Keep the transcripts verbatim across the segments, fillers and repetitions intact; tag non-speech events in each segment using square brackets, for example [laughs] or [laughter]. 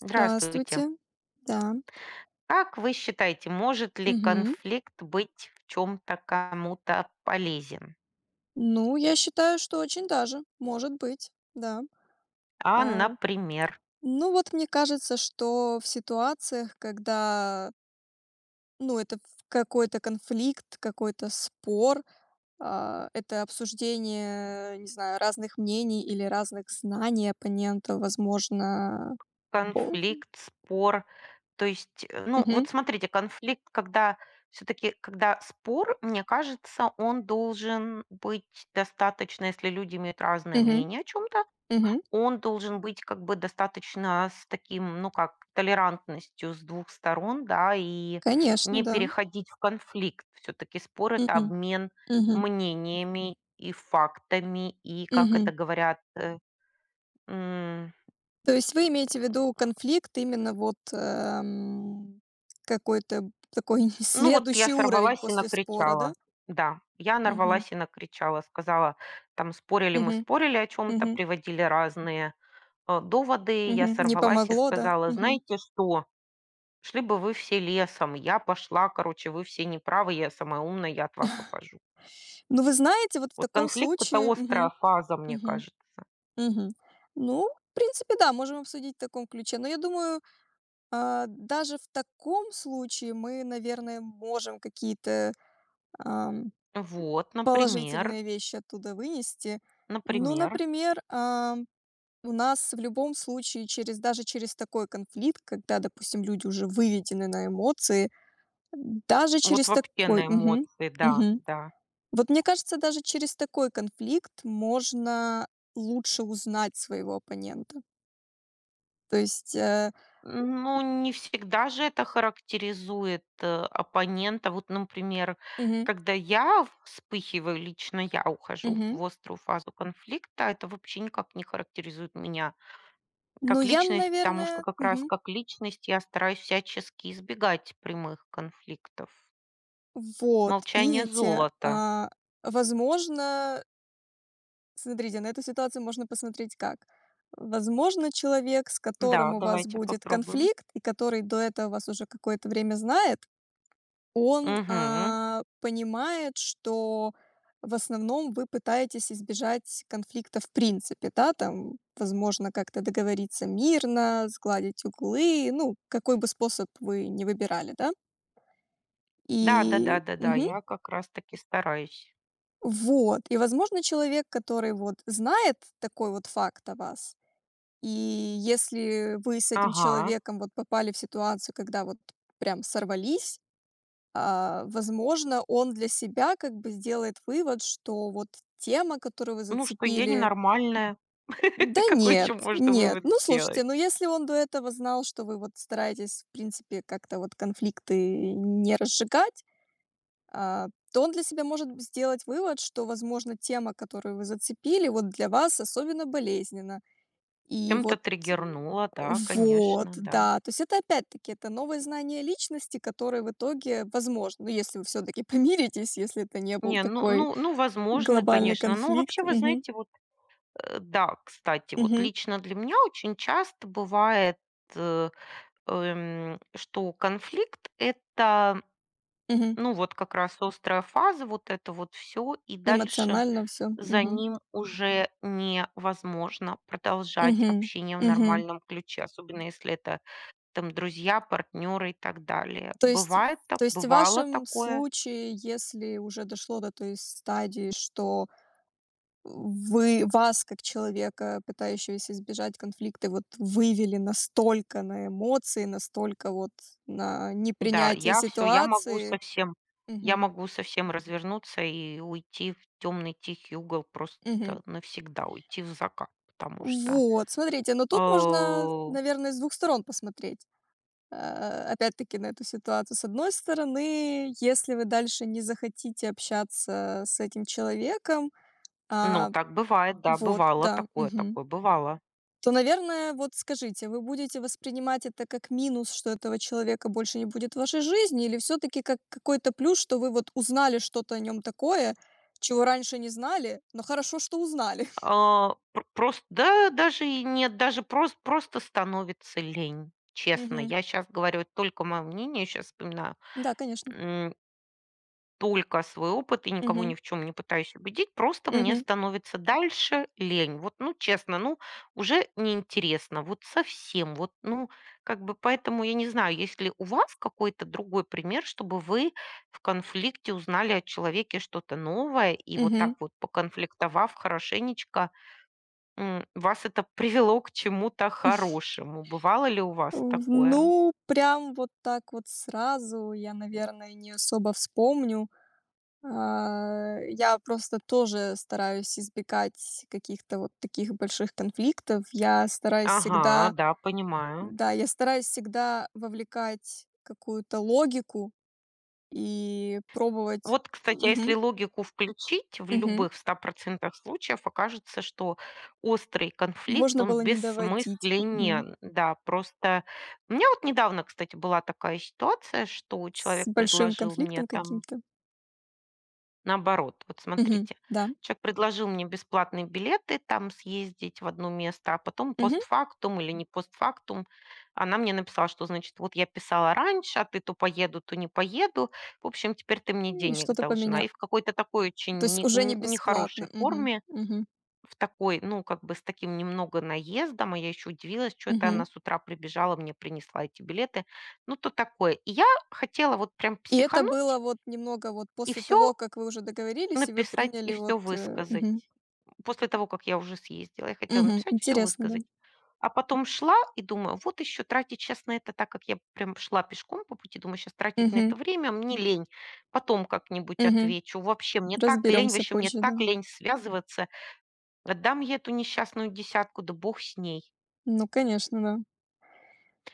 Здравствуйте. Здравствуйте. Да. Как вы считаете, может ли Мгм. конфликт быть в чем-то кому-то полезен? Ну, я считаю, что очень даже, может быть, да. А, А, например, ну, вот мне кажется, что в ситуациях, когда, ну, это в какой-то конфликт, какой-то спор, а, это обсуждение, не знаю, разных мнений или разных знаний оппонента, возможно. О. конфликт, спор, то есть, э, ну, Мгм. вот смотрите, конфликт, когда все-таки, когда спор, мне кажется, он должен быть достаточно, если люди имеют разное Мгм. мнение о чем-то, Мгм. Он должен быть как бы достаточно с таким, ну как, толерантностью с двух сторон, да, и Конечно, не да. переходить в конфликт. Все таки спор- это Мгм. обмен Мгм. мнениями и фактами, и, как это Мгм. говорят, э, м, То есть вы имеете в виду конфликт именно вот, эм, какой-то такой [laughs] ну вот я следующий уровень сорвалась и после спора, да? накричала. Да, я Мгм. нарвалась и накричала, сказала, там спорили мы, Мгм. спорили о чем то Мгм. приводили разные, э, доводы. Я Мгм. Не сорвалась и помогло, да? сказала: Мгм. «Знаете что?» Шли бы вы все лесом, я пошла, короче, вы все неправы, я самая умная, я от вас ухожу. Ну, вы знаете, вот в Вот таком конфликт- это случае. острая Мгм. фаза, мне Мгм. кажется. Мгм. Ну, в принципе, да, можем обсудить в таком ключе. Но я думаю, а, даже в таком случае мы, наверное, можем какие-то, ам, Вот, например, положительные вещи оттуда вынести. Ну, например. например, у нас в любом случае через даже через такой конфликт, когда, допустим, люди уже выведены на эмоции, даже Вот через вообще такой на мгм, эмоции, да, мгм. да. Вот мне кажется, даже через такой конфликт можно лучше узнать своего оппонента. То есть, э, Ну, не всегда же это характеризует, э, оппонента. Вот, например, мгм, когда я вспыхиваю, лично я ухожу мгм. в острую фазу конфликта, это вообще никак не характеризует меня. Ну, Как я, личность, потому что наверное, как раз мгм. как личность я стараюсь всячески избегать прямых конфликтов. Вот, Молчание видите, золото. а, возможно. Смотрите, на эту ситуацию можно посмотреть как. Возможно, человек, с Да, которым у вас давайте будет попробуем. конфликт, и который до этого вас уже какое-то время знает, он Мгм. а, понимает, что в основном вы пытаетесь избежать конфликта в принципе, да, там, возможно, как-то договориться мирно, сгладить углы, ну, какой бы способ вы не выбирали, да. Да, да, да, И да, да, мгм. я как раз таки стараюсь. Вот, и, возможно, человек, который вот знает такой вот факт о вас. И если вы с этим Ага. человеком вот попали в ситуацию, когда вот прям сорвались, а, возможно, он для себя как бы сделает вывод, что вот тема, которую вы Ну, что я зацепили. ненормальная. Да [laughs] Какой нет, еще можно нет. вывод Ну, слушайте, сделать? ну если он до этого знал, что вы вот стараетесь, в принципе, как-то вот конфликты не разжигать, а, то он для себя может сделать вывод, что, возможно, тема, которую вы зацепили, вот для вас особенно болезненна. И Чем-то вот. триггернула, да, Вот, конечно, да. да. То есть это опять-таки это новые знания личности, которые в итоге, возможно, ну, если вы все-таки [laughs] помиритесь, если это не был Не, ну, такой ну, ну, возможно, глобальный конечно. Ну, вообще, конфликт. вы Мгм. знаете, вот, э, да, кстати, вот Мгм. лично для меня очень часто бывает э, эм, что конфликт- это, Мгм. ну, вот как раз острая фаза, вот это вот все и дальше Эмоционально все. за Мгм. ним уже невозможно продолжать Мгм. общение в Мгм. нормальном ключе, особенно если это там друзья, партнеры и так далее. То есть, Бывает так, то есть в бывало вашем такое. случае, если уже дошло до той стадии, что Вы вас, как человека, пытающегося избежать конфликта, вот вывели настолько на эмоции, настолько вот на Да, непринятие я все я могу ситуации. совсем я Мгм, могу совсем развернуться и уйти в темный тихий угол, просто мгм. навсегда уйти в закат, потому что, Вот, смотрите, но тут можно, э наверное, с двух сторон посмотреть, э, опять-таки, на эту ситуацию. С одной стороны, если вы дальше не захотите общаться с этим человеком, ну, а, так бывает, да, вот, бывало да, такое, мгм, такое бывало. то, наверное, вот скажите, вы будете воспринимать это как минус, что этого человека больше не будет в вашей жизни, или все-таки как какой-то плюс, что вы вот узнали что-то о нем такое, чего раньше не знали, но хорошо, что узнали? А, пр просто, да, даже и нет, даже просто, просто становится лень. [laughs] Честно, Мгм. я сейчас говорю только моё мнение, сейчас вспоминаю. Да, конечно. Только свой опыт и никого ни Мгм. в чем не пытаюсь убедить, просто мне Мгм. становится дальше лень. Вот, ну, честно, ну, уже неинтересно, вот совсем, вот, ну, как бы, поэтому я не знаю, есть ли у вас какой-то другой пример, чтобы вы в конфликте узнали о человеке что-то новое, и вот так Мгм. вот поконфликтовав хорошенечко, м, вас это [laughs] привело к чему-то [laughs] хорошему. Бывало ли у вас В такое? Ну, прям вот так вот сразу я, наверное, не особо вспомню. А, Я просто тоже стараюсь избегать каких-то вот таких больших конфликтов. Я стараюсь Ага, всегда да, понимаю. Да, я стараюсь всегда вовлекать какую-то логику и пробовать. Вот, кстати, а если Мгм, логику включить, в мгм. любых ста случаев окажется, что острый конфликт, Можно он было не доводить, мгм. бессмысленен. Да, просто у меня вот недавно, кстати, была такая ситуация, что С человек большим предложил мне конфликтом там. каким-то. Наоборот, вот Мгм, смотрите, да. человек предложил мне бесплатные билеты там съездить в одно место, а потом Мгм. постфактум или не постфактум она мне написала, что, значит, вот я писала раньше, а ты то поеду, то не поеду. В общем, теперь ты мне И денег что-то должна. поменя И в какой-то такой То очень есть не- уже не н- нехорошей бесплатно. Мгм, форме, мгм, в такой, ну, как бы с таким немного наездом, а я еще удивилась, что это она мгм. с утра прибежала, мне принесла эти билеты. Ну, то такое. И я хотела вот прям И это было психануть, вот немного вот и после все того, как вы уже договорились и вы Написать и приняли вот, все э, мгм, высказать. После того, как я уже съездила, я хотела мгм. написать, все Интересно, да. высказать. А потом шла и думаю: вот еще тратить щас на это, так как я прям шла пешком по пути, думаю, сейчас тратить на Мгм, это время мне лень, потом как-нибудь мгм. отвечу. Вообще мне так лень, Разберёмся вообще мне позже, да. так лень связываться. Отдам я эту несчастную десятку, да бог с ней. Ну, конечно, да.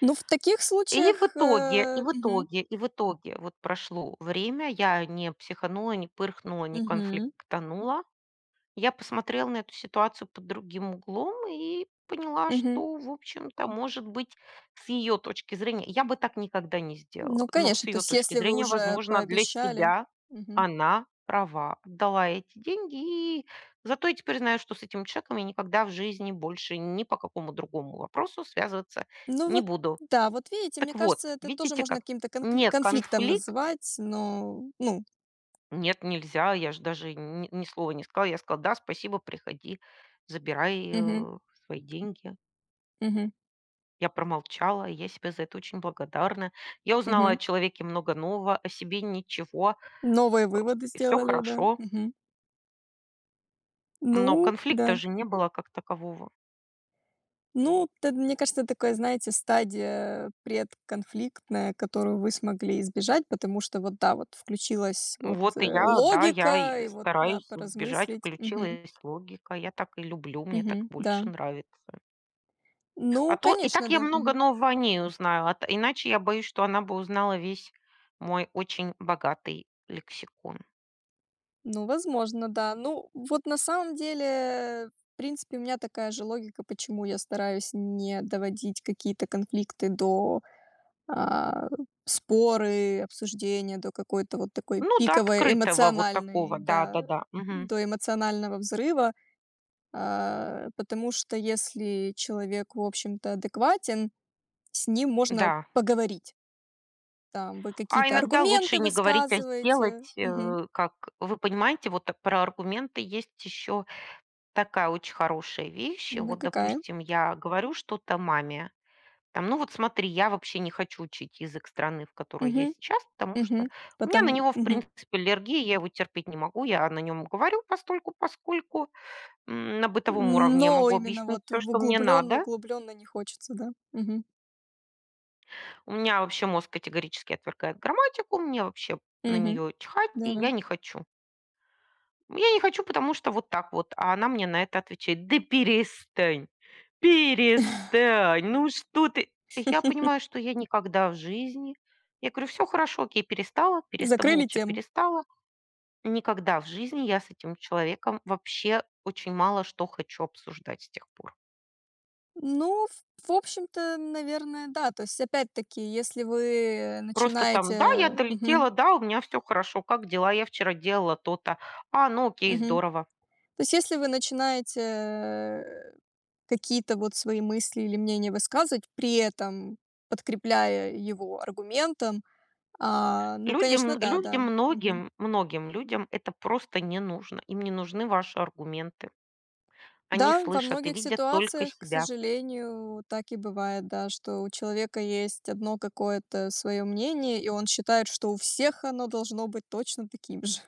Ну, в таких И в случаях, итоге, и э, в мгм, итоге, и в итоге вот прошло время, я не психанула, не пырхнула, не мгм, конфликтанула. Я посмотрела на эту ситуацию под другим углом и поняла, мгм. что, в общем-то, может быть, с ее точки зрения, я бы так никогда не сделала, Ну, но с конечно, то ее есть точки если вы зрения, уже возможно, для пообещали. себя Мгм. она права. Отдала эти деньги, и зато я теперь знаю, что с этим человеком я никогда в жизни больше ни по какому другому вопросу связываться Ну не вот, буду. да, вот видите, Так мне вот, кажется, это тоже видите можно как? каким-то конкли Не конфликтом конфликт, называть, но, ну, нет, нельзя. Я ж даже ни, ни слова не сказала. Я сказала: «Да, спасибо, приходи, забирай, мгм, э, свои деньги». мгм, Я промолчала, и я себе за это очень благодарна. Я узнала о мгм. человеке много нового, о себе ничего, Новые э, выводы и всё сделали, да, хорошо. мгм. Ну Но да. конфликта же не было как такового. Ну, т мне кажется, такая, знаете, стадия предконфликтная, которую вы смогли избежать, потому что вот, да, вот включилась вот, Вот и э, я, да, я логика, и и вот, да, стараюсь избежать, поразмыслить. Мгм. включилась логика. Я так и люблю, мне так Мгм. Да. больше нравится. А Ну, то и конечно, так я да. много Мгм. нового о ней узнаю, а т иначе я боюсь, что она бы узнала весь мой очень богатый лексикон. Ну, возможно, да. Ну, вот на самом деле, в принципе, у меня такая же логика, почему я стараюсь не доводить какие-то конфликты до. А, споры, обсуждения до какой-то вот такой Ну да, пиковой открытого вот такого, эмоциональной, да, да-да-да, мгм, до эмоционального взрыва. А, потому что если человек, в общем-то, адекватен, с ним можно да. поговорить. Там вы А какие-то иногда лучше аргументы не говорить, а высказываете. сделать, Мгм. э, как вы понимаете, вот так про аргументы есть еще такая очень хорошая вещь. Да, Вот, какая? допустим, я говорю что-то маме, там, ну вот смотри, я вообще не хочу учить язык страны, в которой я Мгм, сейчас, потому что мгм. у меня Потом на него, в мгм. принципе, аллергия, я его терпеть не могу, я на нем говорю постольку, поскольку м, на бытовом уровне я Но могу именно объяснить вот все, что мне углубленно надо. углубленно не хочется, да. Мгм, У меня вообще мозг категорически отвергает грамматику, мне вообще на мгм. нее чихать, и Да-да. я не хочу. Я не хочу, потому что вот так вот. А она мне на это отвечает: «Да перестань, перестань, ну что ты». И я понимаю, [laughs] что я никогда в жизни я говорю: «Все хорошо, окей, перестала, переста Закрыли молча тему. перестала». Никогда в жизни я с этим человеком вообще очень мало что хочу обсуждать с тех пор. Ну, в в общем-то, наверное, да. То есть, опять-таки, если вы Просто там: «Да, я начинаете. Мгм, долетела, да, у меня все хорошо, как дела? Я вчера делала то-то». «А, ну окей, мгм. здорово». То есть, если вы начинаете, э, какие-то вот свои мысли или мнения высказывать, при этом подкрепляя его аргументом, а, ну, Людям, конечно, да, людям, да. Мгм. многим, многим людям это просто не нужно. Им не нужны ваши аргументы. Они Да, во слышат и многих видят только ситуациях, к себя. сожалению, так и бывает, да, что у человека есть одно какое-то свое мнение, и он считает, что у всех оно должно быть точно таким же.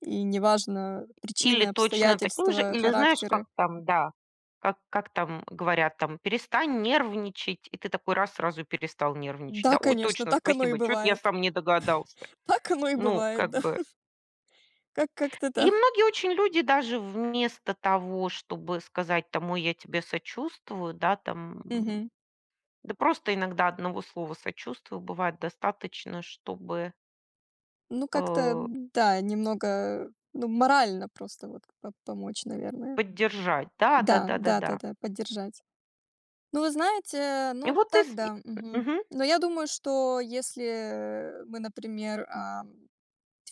И неважно Или причины, точно таким же, обстоятельства, или знаешь, как характеры. там, да, как, как там говорят, там, перестань нервничать, и ты такой раз сразу перестал нервничать. Да, Да, ой, конечно, точно, так оно и спасибо, что-то я бывает. сам не догадался. [laughs] Так оно и Ну, бывает, как да. бы. Как как-то И да. многие очень люди даже вместо того, чтобы сказать, там, ой, я тебе сочувствую, да, там, Мгм. да просто иногда одного слова сочувствия бывает достаточно, чтобы, Ну, как-то э, да, немного, ну, морально просто вот по помочь, наверное. поддержать. Да, Да, да-да-да-да. да-да-да, поддержать. Ну, вы знаете, И ну, вот ты так с и да, мгм. мгм. Но я думаю, что если мы, например, а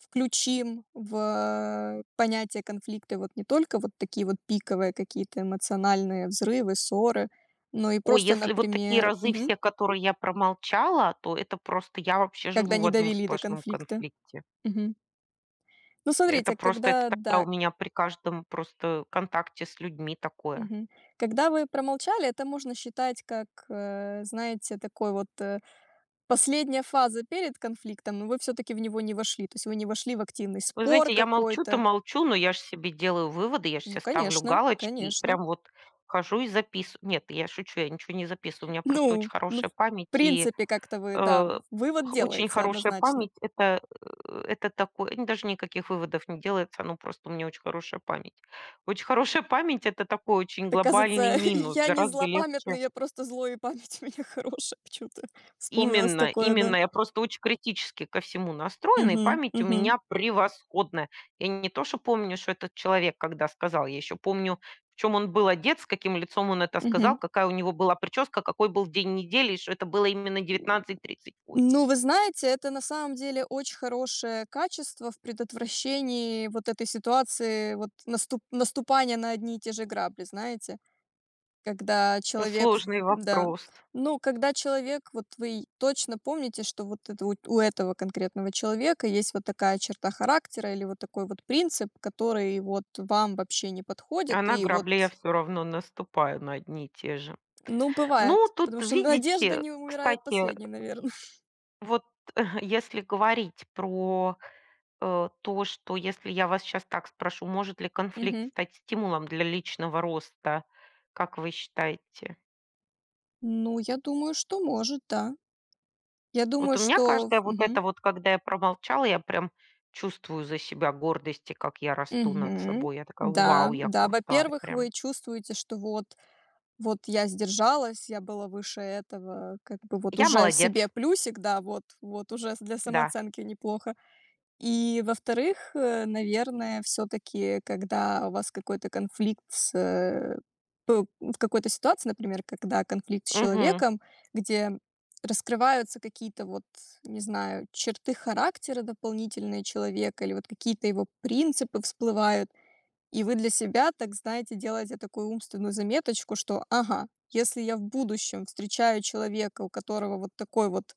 включим в, э, понятие конфликта вот не только вот такие вот пиковые какие-то эмоциональные взрывы, ссоры, но и Ой, просто, если вот такие например, разы мгм, все, которые я промолчала, то это просто я вообще когда живу в не одном довели до сплошном конфликта. конфликте. Мгм. Ну, Это смотрите, просто, это когда, тогда да, у меня при каждом просто контакте с людьми такое. мгм, когда вы промолчали, это можно считать как, э, знаете, такой вот, э, последняя фаза перед конфликтом, но вы все таки в него не вошли, то есть вы не вошли в активный Вы спор знаете, я молчу-то какой-то. молчу, но я же себе делаю выводы, я же Ну, себе ставлю конечно, галочки и конечно. прям вот хожу и записываю. Нет, я шучу, я ничего не записываю. У меня просто очень Ну ну, хорошая в память, и принципе, как-то вы, да, э, вывод х- очень делается хорошая однозначно. память это, э, это такое, н- даже никаких выводов не делается, ну просто у меня очень хорошая память. Очень хорошая память это такой очень Так, глобальный кажется, [laughs] минус, я не гораздо легче. злопамятный, я просто злой, и память у меня [laughs] хорошая почему-то. Вспомнилось Именно, такое, именно. да. Я просто очень критически ко всему настроена, и Мгм, память у мгм, меня превосходная. Я не то, что помню, что этот человек когда сказал, я еще помню, в чем он был одет, с каким лицом он это сказал, мгм. какая у него была прическа, какой был день недели, и что это было именно девятнадцать тридцать восемь. Ну, вы знаете, это на самом деле очень хорошее качество в предотвращении вот этой ситуации, вот наступ наступания на одни и те же грабли, знаете. Когда человек ф Сложный да. вопрос. Ну, когда человек, вот вы точно помните, что вот это вот у этого конкретного человека есть вот такая черта характера или вот такой вот принцип, который вот вам вообще не подходит. А на И вот, грабли я все равно наступаю на одни и те же. ну, бывает, Ну, тут, потому что [laughs] надежда видите, не умирает кстати, последней, наверное. вот [laughs] если говорить про, э, то, что если я вас сейчас так спрошу, может ли [laughs] конфликт Мгм. стать стимулом для личного роста, как вы считаете? Ну, я думаю, что может, да. Я Вот думаю, у меня что каждая вот мгм. эта вот, когда я промолчала, я прям чувствую за себя гордости, как я расту над Мгм. собой. Я такая: Да, «Вау, я да. крутая!» Во-первых, Прям. вы чувствуете, что вот Вот я сдержалась, я была выше этого, как бы вот Я уже себе молодец, плюсик, да, вот, вот уже для да. самооценки неплохо. И во-вторых, э, наверное, все-таки, когда у вас какой-то конфликт с, э, п- в какой-то ситуации, например, когда конфликт с Мгм. человеком, где раскрываются какие-то вот, не знаю, черты характера дополнительные человека или вот какие-то его принципы всплывают, и вы для себя, так знаете, делаете такую умственную заметочку, что: "Ага, если я в будущем встречаю человека, у которого вот такой вот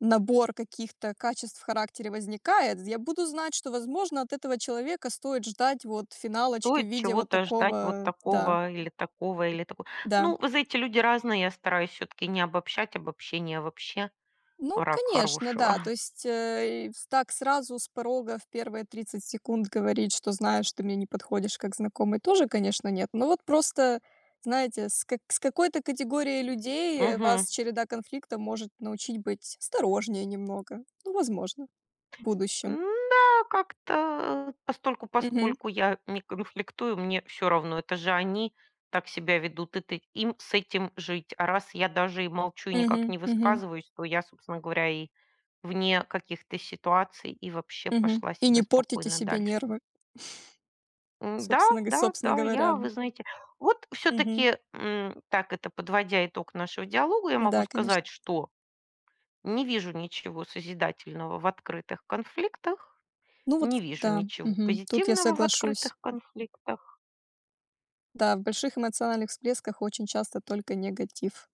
набор каких-то качеств в характере возникает, я буду знать, что, возможно, от этого человека стоит ждать вот финалочки в Стоит виде вот чего-то ждать вот такого". Да, такого или такого, или такого. да. Ну, вы знаете, люди разные, я стараюсь все таки не обобщать, обобщение вообще. Ну, Рак конечно, да. хорошего. То есть, э, и с так сразу с порога в первые тридцать секунд говорить, что знаешь, ты мне не подходишь как знакомый, тоже, конечно, нет. Но вот просто, знаете, с, как- с какой-то категорией людей э, Мгм. вас череда конфликта может научить быть осторожнее немного. Ну, возможно, в будущем. Да, как-то постольку Мгм. поскольку я не конфликтую, мне все равно, это же они так себя ведут, это им с этим жить. А раз я даже и молчу, и никак Мгм. не Мгм. высказываюсь, то я, собственно говоря, и вне каких-то ситуаций и вообще Мгм. пошла И себе не портите спокойно себе дальше. нервы, М, да, собственно, г- да, собственно да, я, говоря. вы знаете, вот все Мгм. таки так это подводя итог нашего диалога, я могу Да, сказать, конечно. что не вижу ничего созидательного в открытых конфликтах, Ну вот, не вижу да, ничего Мгм. Тут я позитивного в соглашусь. открытых конфликтах. Да, в больших эмоциональных всплесках очень часто только негатив.